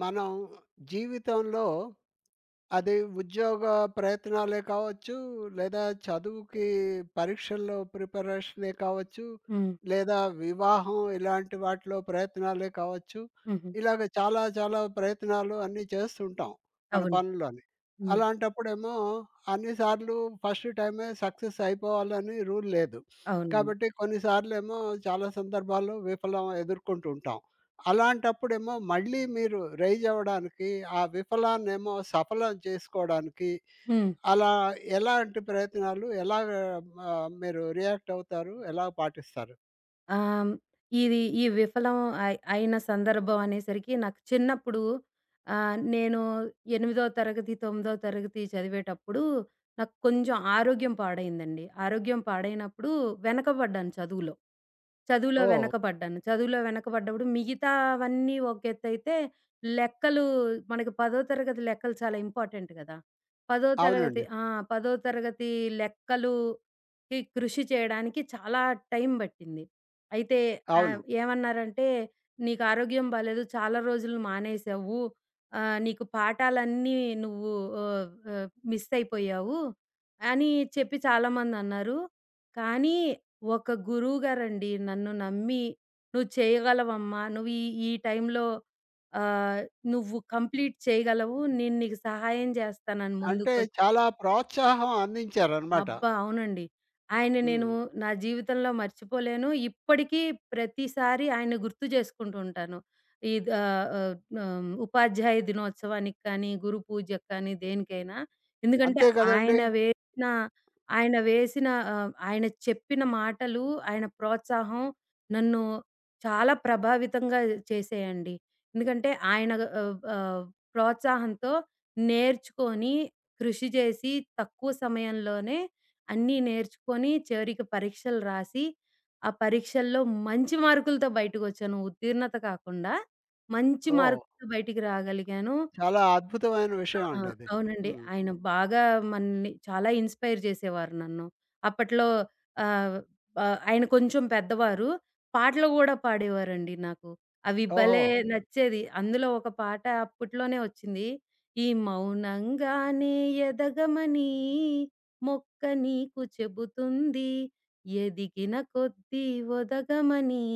మనం జీవితంలో అది ఉద్యోగ ప్రయత్నాలే కావచ్చు, లేదా చదువుకి పరీక్షల్లో ప్రిపరేషనే కావచ్చు, హ్మ్. లేదా వివాహం ఇలాంటి వాటిలో ప్రయత్నాలే కావచ్చు. హుహు. ఇలాగ చాలా చాలా ప్రయత్నాలు అన్నీ చేస్తుంటాం మన అవును. పనుల్లోని. హ్మ్. అలాంటప్పుడేమో అన్ని సార్లు ఫస్ట్ టైమే సక్సెస్ అయిపోవాలని రూల్ లేదు. అవునండి. కాబట్టి కొన్నిసార్లేమో చాలా సందర్భాల్లో విఫలం ఎదుర్కొంటూ ఉంటాం. అలాంటప్పుడేమో మళ్ళీ మీరు రైజ్ అవ్వడానికి, ఆ విఫలాన్నేమో సఫలం చేసుకోడానికి హ్మ్. అలా ఎలాంటి ప్రయత్నాలు ఎలాగ మీరు రియాక్ట్ అవుతారు? ఎలా పాటిస్తారు? ఆహ్, ఇది ఈ విఫలం అయిన సందర్భం అనేసరికి నాకు చిన్నప్పుడు నేను 8దో తరగతి, 9దో తరగతి చదివేటప్పుడు నాకు కొంచెం ఆరోగ్యం పాడైందండి. ఆరోగ్యం పాడైనప్పుడు వెనకబడ్డాను చదువులో. చదువులో ఓహ్! వెనకబడ్డాను. చదువులో వెనకబడ్డప్పుడు మిగతావన్నీ ఒక ఎత్తైతే లెక్కలు మనకి 10థ తరగతి లెక్కలు చాలా ఇంపార్టెంట్ కదా! 10థ తరగతి అవునండి. ఆ! 10థ తరగతి లెక్కలుకి కృషి చేయడానికి చాలా టైం పట్టింది. అయితే అవును. ఏమన్నారంటే, "నీకు ఆరోగ్యం బాలేదు. చాలా రోజులు మానేశావు. నీకు పాఠాలన్నీ నువ్వు ఆహ్, ఆహ్, మిస్ అయిపోయావు" అని చెప్పి చాలామందన్నారు. కానీ ఒక గురువుగారండి నన్ను నమ్మి, "నువ్వు చేయగలవమ్మా. నువ్వు ఈ ఈ టైంలో ఆహ్, నువ్వు కంప్లీట్ చేయగలవు. నేను నీకు సహాయం చేస్తానని" అంటే చాలా ప్రోత్సాహం అందించారనమాట. అబ్బా! అవునండి. ఆయన నేను హ్మ్. నా జీవితంలో మర్చిపోలేను. ఇప్పటికీ ప్రతిసారి ఆయన్ని గుర్తు చేసుకుంటూ ఉంటాను. ఇద్ ఆహ్, ఆహ్, హ్మ్. ఉపాధ్యాయ దినోత్సవానికి కానీ, గురు పూజకి కానీ దేనికైనా. ఎందుకంటే అంతే కదండీ! ఆయన వేసిన ఆయన చెప్పిన మాటలు, ఆయన ప్రోత్సాహం నన్ను చాలా ప్రభావితంగా చేసాయండి. ఎందుకంటే ఆయన ఆహ్, ఆహ్, ప్రోత్సాహంతో నేర్చుకొని కృషి చేసి, తక్కువ సమయంలోనే అన్నీ నేర్చుకొని, చివరికి పరీక్షలు రాసి, ఆ పరీక్షల్లో మంచి మార్కులతో బయటకొచ్చాను. ఉత్తీర్ణత కాకుండా, మంచి ఓహ్! మార్కులతో బయటికి రాగలిగాను. చాలా అద్భుతమైన ఆ! విషయం అండి అది. అవునండి. హ్మ్. ఆయన బాగా మనల్ని చాలా ఇన్‌స్పైర్ చేసేవారు నన్ను. అప్పట్లో ఆహ్, ఆహ్, ఆయన కొంచెం పెద్దవారు. పాటలు గూడా పాడేవారండి నాకు. అవి ఓహో! భలే నచ్చేది. అందులో ఒక పాట అప్పట్లోనే వచ్చింది. ఈ మౌనంగానే ఎదగమని మొక్క నీకు చెబుతుంది. ఎదిగిన కొద్దీ ఒదగమని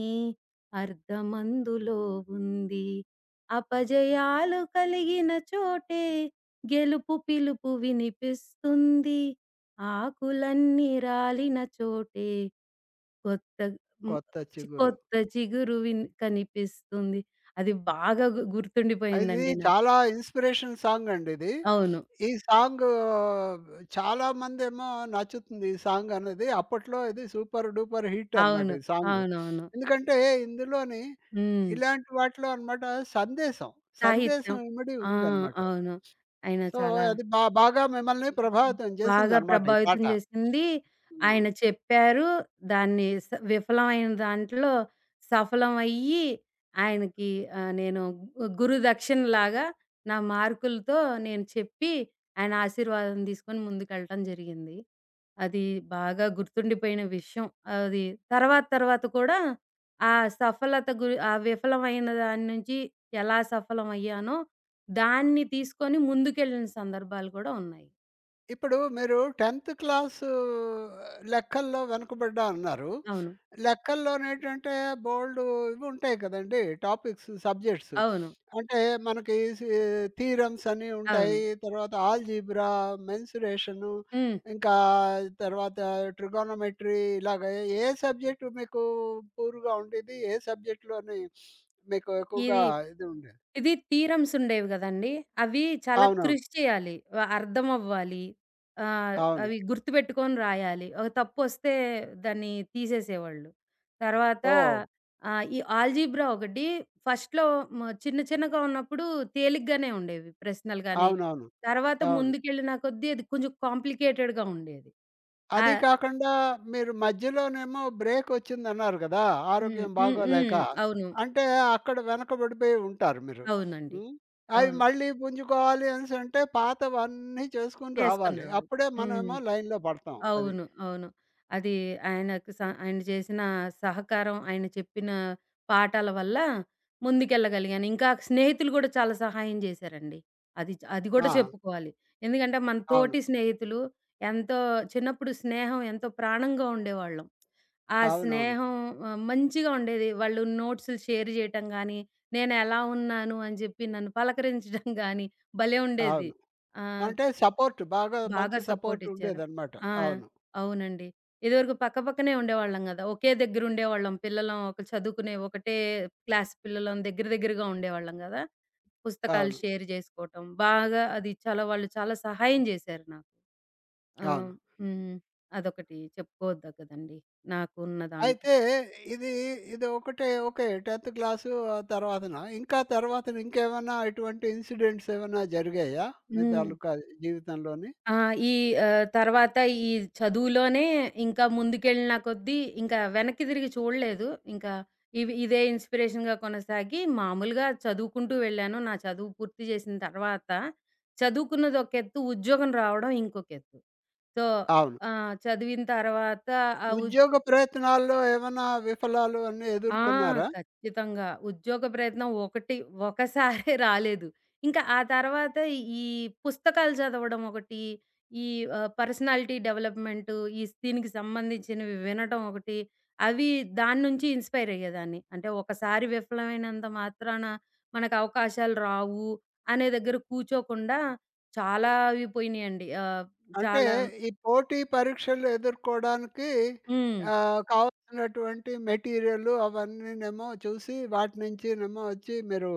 అర్థమందులో ఉంది. అపజయాలు కలిగిన చోటే గెలుపు పిలుపు వినిపిస్తుంది. ఆకులన్నీ రాలిన చోటే కొత్త మ కొత్త చి చిగురు. కొత్త చిగురు కనిపిస్తుంది. అది బాగా గు ఇది గుర్తుండిపోయిందండి నాకు. చాలా ఇన్‌స్పిరేషన్ సాంగ్ అండి ఇది. అవును. ఈ సాంగ్ చాలామందేమో నచ్చుతుంది ఈ సాంగ్ అనేది. అప్పట్లో ఇది సూపర్ డూపర్ హిట్ అనమాట అవును. ఈ సాంగ్. అవునవును. ఎందుకంటే ఇందులోని హ్మ్. ఇలాంటి వాటిలో అనమాట సందేశం, సాహిత్యం. సందేశం ఇమిడి ఆ! ఉందనమాట. అవును. ఆయన సో, చాలా అది బాగా మిమ్మల్ని ప్రభావితం బాగా చేసిందనమాట ఈ ప్రభావితం పాట. చేసింది. హ్మ్. ఆయన చెప్పారు. దాన్ని స విఫలమైన దాంట్లో సఫలం అయ్యి, ఆయనకి నేను గురు దక్షిణలాగా నా మార్కులతో నేను చెప్పి, ఆయన ఆశీర్వాదం తీసుకొని ముందుకెళ్ళటం జరిగింది. అది బాగా గుర్తుండిపోయిన విషయం. అది తర్వాత తర్వాత కూడా ఆ సఫలత గురి ఆ విఫలమైన దాని నుంచి ఎలా సఫలం అయ్యానో, దాన్ని తీసుకొని ముందుకెళ్ళిన సందర్భాలు కూడా ఉన్నాయి. ఇప్పుడు మీరు 10థ్ క్లాసు లెక్కల్లో వెనుకబడ్డా అన్నారు. అవును. లెక్కల్లోనేంటంటే బోలెడు ఇవి ఉంటాయి కదండీ! Topics, subjects. అవును. అంటే మనకి థీరమ్స్ అని అవును. ఉంటాయి. తర్వాత ఆల్జీబ్రా, మెన్సురేషను, హ్మ్. ఇంకా తర్వాత ట్రిగోనోమెట్రీ ఇలాగ ఏ సబ్జెక్ట్ మీకు పూర్‌గా ఉండేది? ఏ సబ్జెక్ట్‌లోని మీకు ఎక్కువగా ఇది, ఇది ఉండేది? ఇది థీరమ్స్ ఉండేవి గదండీ! అవి చాలా అవునవును. కృషి చేయాలి. అర్థమవ్వాలి. ఆహ్, అవును. అవి గుర్తుపెట్టుకొని రాయాలి. ఒక తప్పొస్తే దాన్ని తీసేసేవాళ్ళు. తర్వాత ఓహ్! ఈ ఆల్జీబ్రా ఒకటి ఫస్ట్‌లో చిన్న చిన్నగా ఉన్నప్పుడు తేలిగ్గానే ఉండేవి ప్రశ్నలు గాని, అవునవును. తర్వాత అవును. ముందుకెళ్ళిన కొద్దీ అది కొంచెం కాంప్లికేటెడ్‌గా ఉండేది. ఆ! అది కాకుండా మీరు మధ్యలోనేమో బ్రేకొచ్చిందన్నారు గదా! హ్మ్. ఆరోగ్యం హ్మ్. హ్మ్. బాగోలేక. అవును. అంటే అక్కడ వెనకబడిపోయి ఉంటారు మీరు. అవునండి. హ్మ్. అవి అవును. మళ్ళీ పుంజుకోవాలి అనేసంటే పాతవన్నీ చేసుకొని చేసుకొని రావాలి. రావాలి. అప్పుడే హ్మ్. మనమేమో లైన్‌లో పడతాం. అది. అవును. అవును. అది ఆయన చేసిన సహకారం, ఆయన చెప్పిన పాఠాల వల్ల ముందుకెళ్ళగలిగాను. ఇంకా స్నేహితులు కూడా చాలా సహాయం చేశారండి. అది కూడా ఆ! చెప్పుకోవాలి. ఎందుకంటే మన అవును. తోటి స్నేహితులు ఎంతో చిన్నప్పుడు స్నేహం ఎంతో ప్రాణంగా ఉండేవాళ్ళం. ఆ అవునవును. స్నేహం మంచిగా ఉండేది. వాళ్ళు నోట్స్‌లు షేర్ చేయటం గానీ, నేను ఎలా ఉన్నాను అని చెప్పి నన్ను పలకరించడం గానీ భలే ఉండేది. అవును. ఆ! అంటే సపోర్ట్ బాగా బాగా మంచి సపోర్ట్ సపోర్టిచ్చారు. ఉండేదనమాట. ఆ! అవును. అవునండి. ఇదివరకు పక్కపక్కనే ఉండేవాళ్ళం గదా! ఒకే దగ్గర ఉండేవాళ్ళం. పిల్లలం ఒక చదువుకునే ఒకటే క్లాస్ పిల్లలం దగ్గర దగ్గరగా ఉండేవాళ్ళం గదా! పుస్తకాలు అవును. షేర్ జేసుకోవటం. బాగా అది చాలా వాళ్ళు చాలా సహాయం జేశారు నాకు. ఆహ్, అవును. హ్మ్. అదొకటి చెప్పుకోదగ్గదండి. నాకున్న దాంట్లో. అయితే ఇది ఇది ఒకటే ఓకే 10థ్ క్లాసు ఆ తర్వాతనా? ఇంకా తర్వాత ఇంకేమన్నా ఇటువంటి ఇన్సిడెంట్స్ ఏమన్నా జరిగాయా? మీ హ్మ్. తాలూకా జీవితంలోని? ఆ! ఈ తర్వాత ఈ చదువులోనే ఇంకా ముందుకెళ్ళిన కొద్దీ ఇంకా వెనక్కి తిరిగి చూడలేదు. ఇంకా ఇదే ఇన్‌స్పిరేషన్‌గా కొనసాగి మామూలుగా చదువుకుంటూ వెళ్ళాను. నా చదువు పూర్తి చేసిన తర్వాత చదువుకున్నది ఒక ఎత్తు, ఉద్యోగం రావడం ఇంకొక ఎత్తు. సో, అవును. చదివిన తర్వాత ఆ ఉ ఉద్యోగ ప్రయత్నాల్లో ఏమన్నా విఫలాలు అన్నీ ఆ! ఎదుర్కొన్నారా? ఖచ్చితంగా. ఉద్యోగ ప్రయత్నం ఒకటి ఒకసారే రాలేదు. ఇంకా ఆ తర్వాత ఈ పుస్తకాలు చదవడం ఒకటి, ఈ పర్సనాలిటీ డెవలప్‌మెంట్ దీనికి సంబంధించినవి వినటం ఒకటి, అవి దాని నుంచి ఇన్‌స్పైర్ అయ్యేదాన్ని. అంటే ఒకసారి విఫలమైనంత మాత్రాన మనకు అవకాశాలు రావు అనే దగ్గర కూర్చోకుండా చాలా అవి పోయినాయండి. అంటే చాలా ఈ పోటీ పరీక్షలు ఎదుర్కోవడానికి హ్మ్. కావాల్సినటువంటి మెటీరియల్ అవన్నీనేమో చూసి వాటి నుంచినేమో వచ్చి మీరు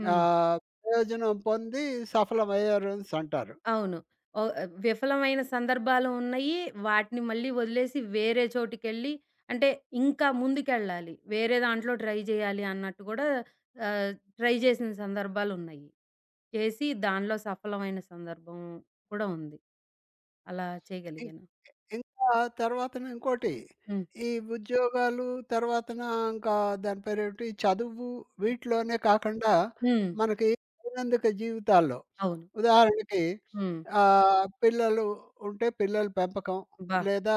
హ్మ్. ఆహ్, ప్రయోజనం పొంది సఫలమయ్యారనేసి అంటారు. అవును. విఫలమైన సందర్భాలు ఉన్నాయి. వాటిని మళ్ళీ వదిలేసి వేరే చోటికెళ్ళి అంటే ఇంకా ముందుకెళ్ళాలి. వేరే దాంట్లో ట్రై చేయాలి అన్నట్టు కూడా ఆహ్, ట్రై చేసిన సందర్భాలున్నాయి. చేసి దానిలో సఫలమైన సందర్భం కూడా ఉంది. అలా చేయగలిగాను. ఇంకా తర్వాతన ఇంకోటి, హ్మ్. ఈ ఉద్యోగాలు తర్వాతన ఇంకా దాని పేరేంటి చదువు వీటిలోనే కాకుండా హ్మ్. మనకి దైనందిక జీవితాల్లో అవును. ఉదాహరణకి హ్మ్. పిల్లలు ఉంటే పిల్లల పెంపకం, అబ్బా! లేదా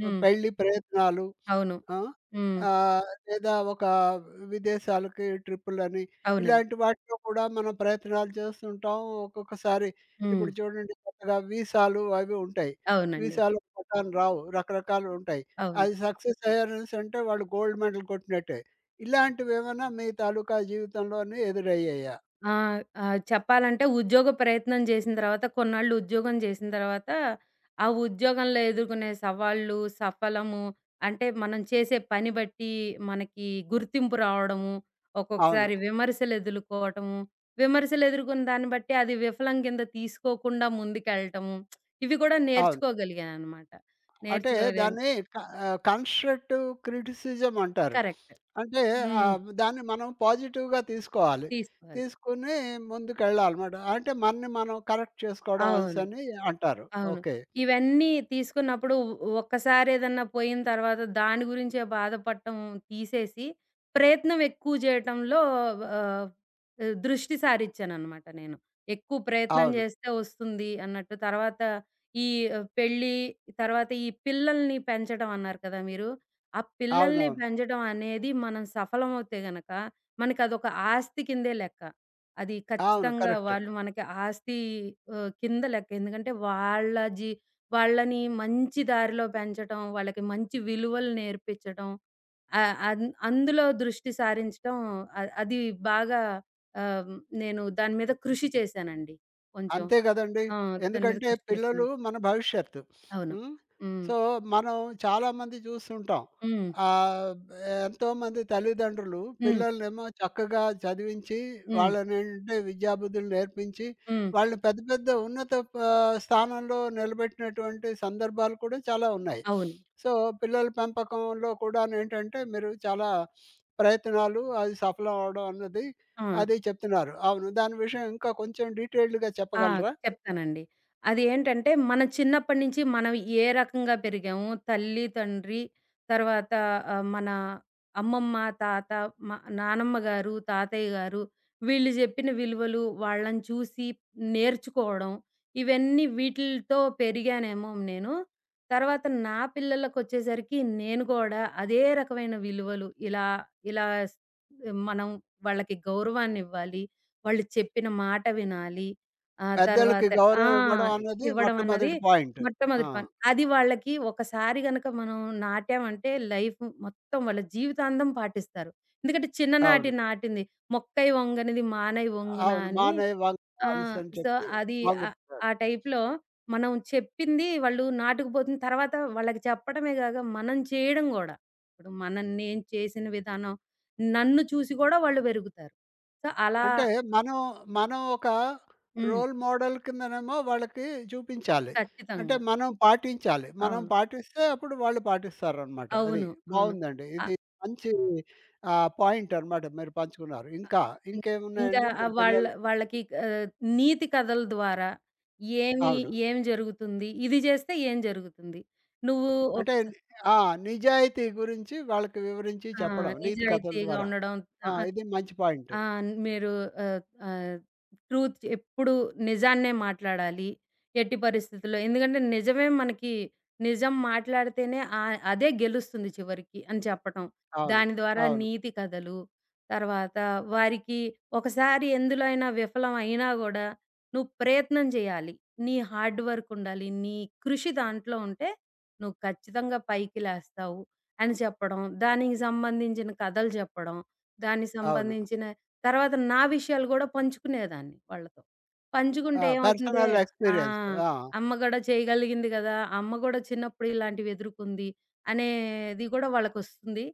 హ్మ్. పెళ్లి ప్రయత్నాలు అవును. ఆ! హ్మ్. లేదా ఒక విదేశాలకి ట్రిప్పులని అవునండి. ఇలాంటి వాటిలో కూడా మనం ప్రయత్నాలు చేస్తుంటాం. ఒక్కొక్కసారి హ్మ్. ఇప్పుడు చూడండి కొత్తగా వీసాలు అవి ఉంటాయి. అవునండి. విశాలం, పఠాన్ రావ్ రకరకాలుంటాయి. అవును. అది సక్సెస్ అయ్యారనేసి అంటే వాళ్ళు గోల్డ్ మెడల్ కొట్టినట్టే. ఇలాంటివేమన్నా మీ తాలూకా జీవితంలోని ఎదురయ్యాయా? ఆ! చెప్పాలంటే ఉద్యోగ ప్రయత్నం చేసిన తర్వాత కొన్నాళ్ళు ఉద్యోగం చేసిన తర్వాత, ఆ ఉద్యోగంలో ఎదుర్కొనే సవాళ్ళు, సఫలము అంటే మనం చేసే పని బట్టి మనకి గుర్తింపు రావడము, అవును. ఒక్కొక్కసారి విమర్శలు ఎదుర్కోవటము, విమర్శలు ఎదుర్కొన్న దాన్ని బట్టి అది విఫలం కింద తీసుకోకుండా ముందుకెళ్ళటము, ఇవి కూడా అవును. నేర్చుకోగలిగాననమాట. అంటే నేర్చుకోలేను. దాన్ని క కన్‌స్ట్రక్టివ్ క్రిటిసిజం అంటారు. కరెక్ట్. అంటే హ్మ్. దాన్ని మనం పాజిటివ్‌గా తీసుకోవాలి. తీసుకోవాలి. తీసుకొని ముందుకెళ్ళాలన్నమాట. అంటే మనని మనం కరెక్ట్ చేసుకోవడం అవును. అనేసని అంటారు. అవును. ఓకే. ఇవన్నీ తీసుకున్నప్పుడు ఒక్కసారి ఏదన్నా పోయిన తర్వాత దాని గురించే బాధపడటం తీసేసి, ప్రయత్నం ఎక్కువ చేయటంలో ఆహ్, దృష్టి సారిచ్చాననమాట నేను. ఎక్కువ ప్రయత్నం అవును. చేస్తే వస్తుంది అన్నట్టు. తర్వాత ఈ పెళ్లి, తర్వాత ఈ పిల్లల్ని పెంచడం అన్నారు కదా మీరు. ఆ పిల్లల్ని అవునవును. పెంచడం అనేది మనం సఫలమవుతే గనక మనకదొక ఆస్తి కిందే లెక్క. అది అవును. ఖచ్చితంగా కరెక్ట్. వాళ్ళు మనకి ఆస్తి కింద లెక్క. ఎందుకంటే వాళ్ళని మంచి దారిలో పెంచటం, వాళ్ళకి మంచి విలువలు నేర్పించటం, ఆహ్, అన్ అందులో దృష్టి సారించటం అది బాగా ఆహ్, నేను దాని మీద కృషి చేశానండి. కొంచెం అంతే గదండీ! ఆ! దాని మీద ఎందుకంటే కృషి చేశాను. పిల్లలు మన భవిష్యత్తు. అవును. హ్మ్. హ్మ్. సో, మనం చాలామంది చూస్తుంటాం. హ్మ్. ఆహ్, ఎంతోమంది తల్లిదండ్రులు హ్మ్. పిల్లలనేమో చక్కగా చదివించి, హ్మ్. వాళ్ళనేంటంటే విద్యాబుద్ధులు నేర్పించి, హ్మ్. వాళ్ళని పెద్ద పెద్ద ఉన్నత స్థానంలో నిలబెట్టినటువంటి సందర్భాలు కూడా చాలా ఉన్నాయి. అవును. సో, పిల్లల పెంపకంలో కూడానేంటంటే మీరు చాలా ప్రయత్నాలు అది సఫలం అవ్వడం అన్నది ఆ! అది చెప్తున్నారు. అవును. దాని విషయం ఇంకా కొంచెం డీటెయిల్డ్‌గా ఆ! చెప్పగలరా? చెప్తానండి. అది ఏంటంటే, మనం చిన్నప్పటి నుంచి మనం ఏ రకంగా పెరిగాము, తల్లి, తండ్రి, తర్వాత మన అమ్మమ్మ, తాత, మ నానమ్మ గారు, తాతయ్య గారు వీళ్ళు జెప్పిన విలువలు, వాళ్ళని చూసి నేర్చుకోవడం, ఇవన్నీ వీటిలతో పెరిగానేమో నేను. తర్వాత నా పిల్లలకొచ్చేసరికి నేను గూడా అదే రకమైన విలువలు ఇలా, ఇలా స్ మనం వాళ్ళకి గౌరవాన్నివ్వాలి, వాళ్ళు చెప్పిన మాట వినాలి. ఆ! పెద్దలకి తర్వాత ఆ! గౌరవం ఇవ్వడం అన్నది ఇవ్వడం అన్నది మొట్టమొదటి పాయింట్. ఆ! మొట్టమొదటి పని. అది వాళ్ళకి ఒకసారి గనక మనం నాటామంటే లైఫ్ మొత్తం వాళ్ళ జీవితాంతం పాటిస్తారు. ఎందుకంటే చిన్ననాటి అవును. నాటింది. "మొక్కై వంగనిది మానై వంగున" అవును. అని మానై వంగ ఆ! అనేసని సో, చెప్పి అది ఆహ్, వంగుతారు. ఆ టైప్‌లో మనం చెప్పింది వాళ్ళు నాటుకుపోతుంది. తర్వాత వాళ్ళకి చెప్పడమే కాక మనం చేయడం గూడా. ఇప్పుడు మనం నేను చేసిన విధానం, నన్ను చూసి గూడా వాళ్ళు పెరుగుతారు. సో, అలా అంటే మనం, మనం ఒక హ్మ్. రోల్ మోడల్ కిందనేమో వాళ్ళకి చూపించాలి. అంటే ఖచ్చితంగా. మనం పాటించాలి. మనం అవును. పాటిస్తే అప్పుడు వాళ్ళు పాటిస్తారనమాట. అది అవును. అవును. బావుందండి. ఆహ్, ఇది మంచి పాయింట్ అనమాట మీరు పంచుకున్నారు. ఇంకా ఇం ఇంకా ఇంకేమున్నాయండి ఆహ్, మీరు వాళ్ళ పిల్లలు వాళ్ళకి నీతి కథల ద్వారా ఏమి అవును. ఏం జరుగుతుంది? ఇది జేస్తే ఏం జరుగుతుంది? నువ్వు అంటే ఒకసా ఆ! నిజాయితీ గురించి వాళ్ళకి వివరించి ఆ! చెప్పడం నీతి కథల నిజాయితీగా ద్వారా. ఉండడం. ఆ! ఆ! ఇది మంచి పాయింట్. ఆ! మీరు ఆహ్, ఆహ్, ట్రూత్ ఎప్పుడు నిజాన్నే మాట్లాడాలి. ఎట్టి పరిస్థితుల్లో ఎందుకంటే నిజమే మనకి నిజం మాట్లాడితేనే అదే గెలుస్తుంది చివరికి అని చెప్పటం. అవును. దాని ద్వారా అవును. నీతి కథలు, తర్వాత వారికి ఒకసారి ఎందులో అయినా విఫలం అయినా గూడా నువ్వు ప్రయత్నం చేయాలి. నీ హార్డ్ వర్క్ ఉండాలి. నీ కృషి దాంట్లో ఉంటే నువ్వు ఖచ్చితంగా పైకి లేస్తావు అని చెప్పడం. దానికి సంబంధించిన కథలు చెప్పడం. దానికి అవును. సంబంధించిన తర్వాత నా విషయాలు గూడా పంచుకునేదాన్ని వాళ్ళతో. ఆ! పంచుకుంటే ఏమవుతుందే పర్సనల్ ఆ! ఎక్స్‌పీరియన్స్. ఆ! అమ్మ గూడా చేయగలిగింది గదా! అమ్మ గూడా చిన్నప్పుడు ఇలాంటివి ఎదుర్కొంది అనేది గూడా వాళ్ళకొస్తుంది.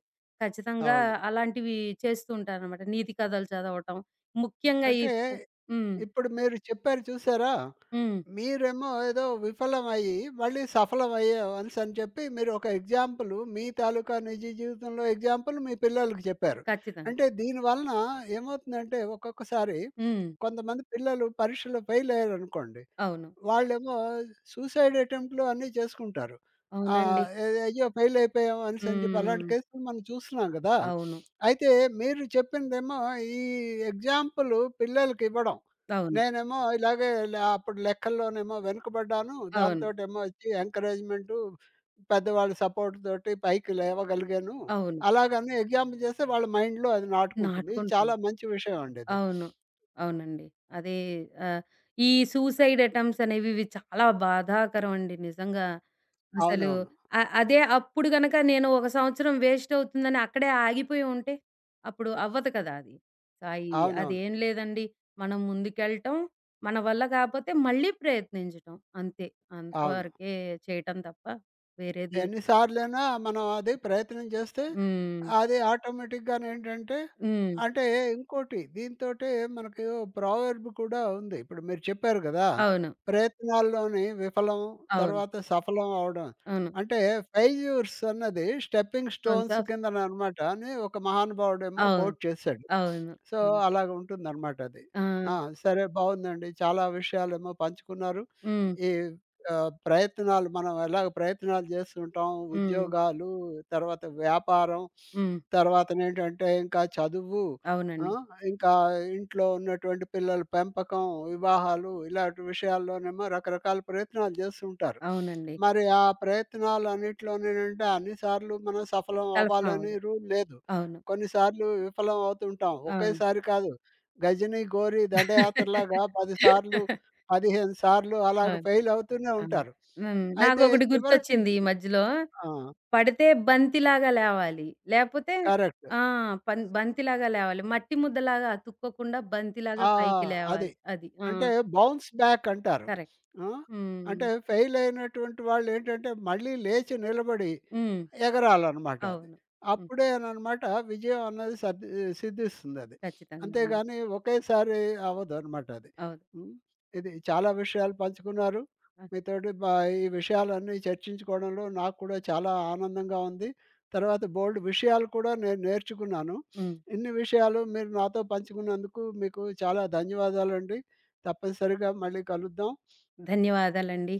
ఖచ్చితంగా అవును. అలాంటివి చేస్తూ ఉంటాననమాట. నీతి కథలు చదవటం. ముఖ్యంగా ఈ అంటే ఫు హ్మ్. ఇప్పుడు మీరు చెప్పారు చూసారా? హ్మ్. మీరేమో ఏదో విఫలమయ్యి మళ్ళీ సఫలమయ్యాం అనేసని చెప్పి మీరు ఒక ఎగ్జాంపుల్ మీ తాలూకా నిజ జీవితంలో ఎగ్జాంపుల్ మీ పిల్లలకి చెప్పారు. ఖచ్చితంగా. అంటే దీని వలన ఏమవుతుందంటే ఒక్కొక్కసారి హ్మ్. కొంతమంది పిల్లలు పరీక్షలో ఫెయిల్ అయ్యారనుకోండి. అవును. వాళ్ళేమో సూసైడ్ అటెంప్ట్‌లు అన్నీ చేసుకుంటారు. అవునండి. ఏది అయ్యో! ఫెయిల్ అయిపోయాం అనేసని చెప్పి అలాంటి హ్మ్. కేసులు మనం చూస్తున్నాం గదా! అవును. అయితే మీరు చెప్పిందేమో ఈ ఎగ్జాంపుల్ పిల్లలకి ఇవ్వడం. అవును. నేనేమో ఇలాగే అప్పుడు లెక్కల్లోనేమో వెనుకబడ్డాను. అవును. దాంతోటేమో వచ్చి ఎంకరేజ్‌మెంటు పెద్దవాళ్ళ సపోర్ట్ తోటి పైకి లేవగలిగాను. అవును. అలాగని ఎగ్జాంపుల్ చేస్తే వాళ్ళ మైండ్‌లో అది నాటుకుంటుంది. ఇది నాటుకుంటుంది. చాలా మంచి విషయం అండి ఇది. అవును. అవునండి. అదే ఆహ్, ఈ సూసైడ్ అటెంప్ట్స్ అనేవి ఇవి చాలా బాధాకరం అండి నిజంగా. అసలు అవునవును. అదే అప్పుడు గనక నేను ఒక సంవత్సరం వేస్ట్ అవుతుందని అక్కడే ఆగిపోయి ఉంటే, అప్పుడు అవ్వదు కదా అది. సో, అవునవును. అదేం లేదండి. మనం ముందుకెళ్ళటం, మన వల్ల కాపోతే మళ్ళీ ప్రయత్నించటం అంతే. అవును. అంతవరకే చేయటం తప్ప వేరేది ఎన్ని సార్లైనా మనం అది ప్రయత్నం చేస్తే హ్మ్. అది ఆటోమేటిక్‌గా నేంటంటే హ్మ్. అంటే ఇంకోటి దీనితోటే మనకి ఓ ప్రావెర్బ్ కూడా ఉంది. ఇప్పుడు మీరు చెప్పారు గదా! అవును. ప్రయత్నాల్లోని విఫలం, అవును. తర్వాత సఫలం అవ్వడం. అవును. అంటే ఫెయిల్యూర్స్ అన్నది స్టెప్పింగ్ స్టోన్స్ స్టోన్స్ ఆఫ్ కిందననమాట అని ఒక మహానుభావుడేమో అవును. కోట్ చేశాడు. అవును. సో, హ్మ్. అలాగ ఉంటుందనమాట అది. ఆ! ఆ! సరే బావుందండి. చాలా విషయాలేమో పంచుకున్నారు. హ్మ్. ఈ ప్రయత్నాలు మనం ఎలాగ ప్రయత్నాలు చేస్తుంటాం. హ్మ్. ఉద్యోగాలు, తర్వాత వ్యాపారం, హ్మ్. తర్వాతనేంటంటే ఇంకా చదువు, ఆ! అవునండి. ఇంకా ఇంట్లో ఉన్నటువంటి పిల్లల పెంపకం, వివాహాలు ఇలాంటి విషయాల్లోనేమో రకరకాల ప్రయత్నాలు చేస్తుంటారు. అవునండి. మరి ఆ ప్రయత్నాలన్నిట్లోనేనంటే అన్ని సార్లు మనం సఫలం కన్ఫర్మ్ అవ్వదు. అవ్వాలని రూల్ లేదు. అవును. కొన్నిసార్లు విఫలం అవుతుంటాం. అవును. ఒకేసారి కాదు గజని, గోరి దండయాత్రలాగా 10 సార్లు 15 సార్లు అలాగ అవును. ఫెయిల్ అవుతూనే అవును. ఉంటారు. హ్మ్. అయితే నాకొకటి చివరికి గుర్తొచ్చింది ఈ మధ్యలో. ఆ! పడితే బంతిలాగా లేవాలి. లేపోతే కరెక్ట్. ఆ! బంతిలాగా లేవాలి. మట్టి ముద్దలాగా అతుక్కోకుండా బంతిలాగా ఆ! పైకి అది. లేవాలి. అది. ఆ! అంటే బౌన్స్ బ్యాక్ అంటారు. కరెక్ట్. ఆ! హ్మ్. అంటే ఫెయిల్ అయినటువంటి వాళ్ళేంటంటే, మళ్ళీ లేచి నిలబడి హ్మ్. ఎగరాలనమాట అది. అవును. హ్మ్. అప్పుడేననమాట విజయం అన్నది సిద్ధిస్తుందది. ఖచ్చితంగా అండి. అంతేగాని ఒకేసారి అవ్వదనమాట అది. అవును. హ్మ్. ఇది చాలా విషయాలు పంచుకున్నారు. ఆ! మీతోటి ఈ విషయాలన్నీ చర్చించుకోవడంలో నాకు కూడా చాలా ఆనందంగా ఉంది. తర్వాత బోలెడు విషయాలు కూడా నేను నేర్చుకున్నాను. హ్మ్. ఇన్ని విషయాలు మీరు నాతో పంచుకున్నందుకు మీకు చాలా ధన్యవాదాలండి. తప్పనిసరిగా మళ్ళీ కలుద్దాం ధన్యవాదాలండి.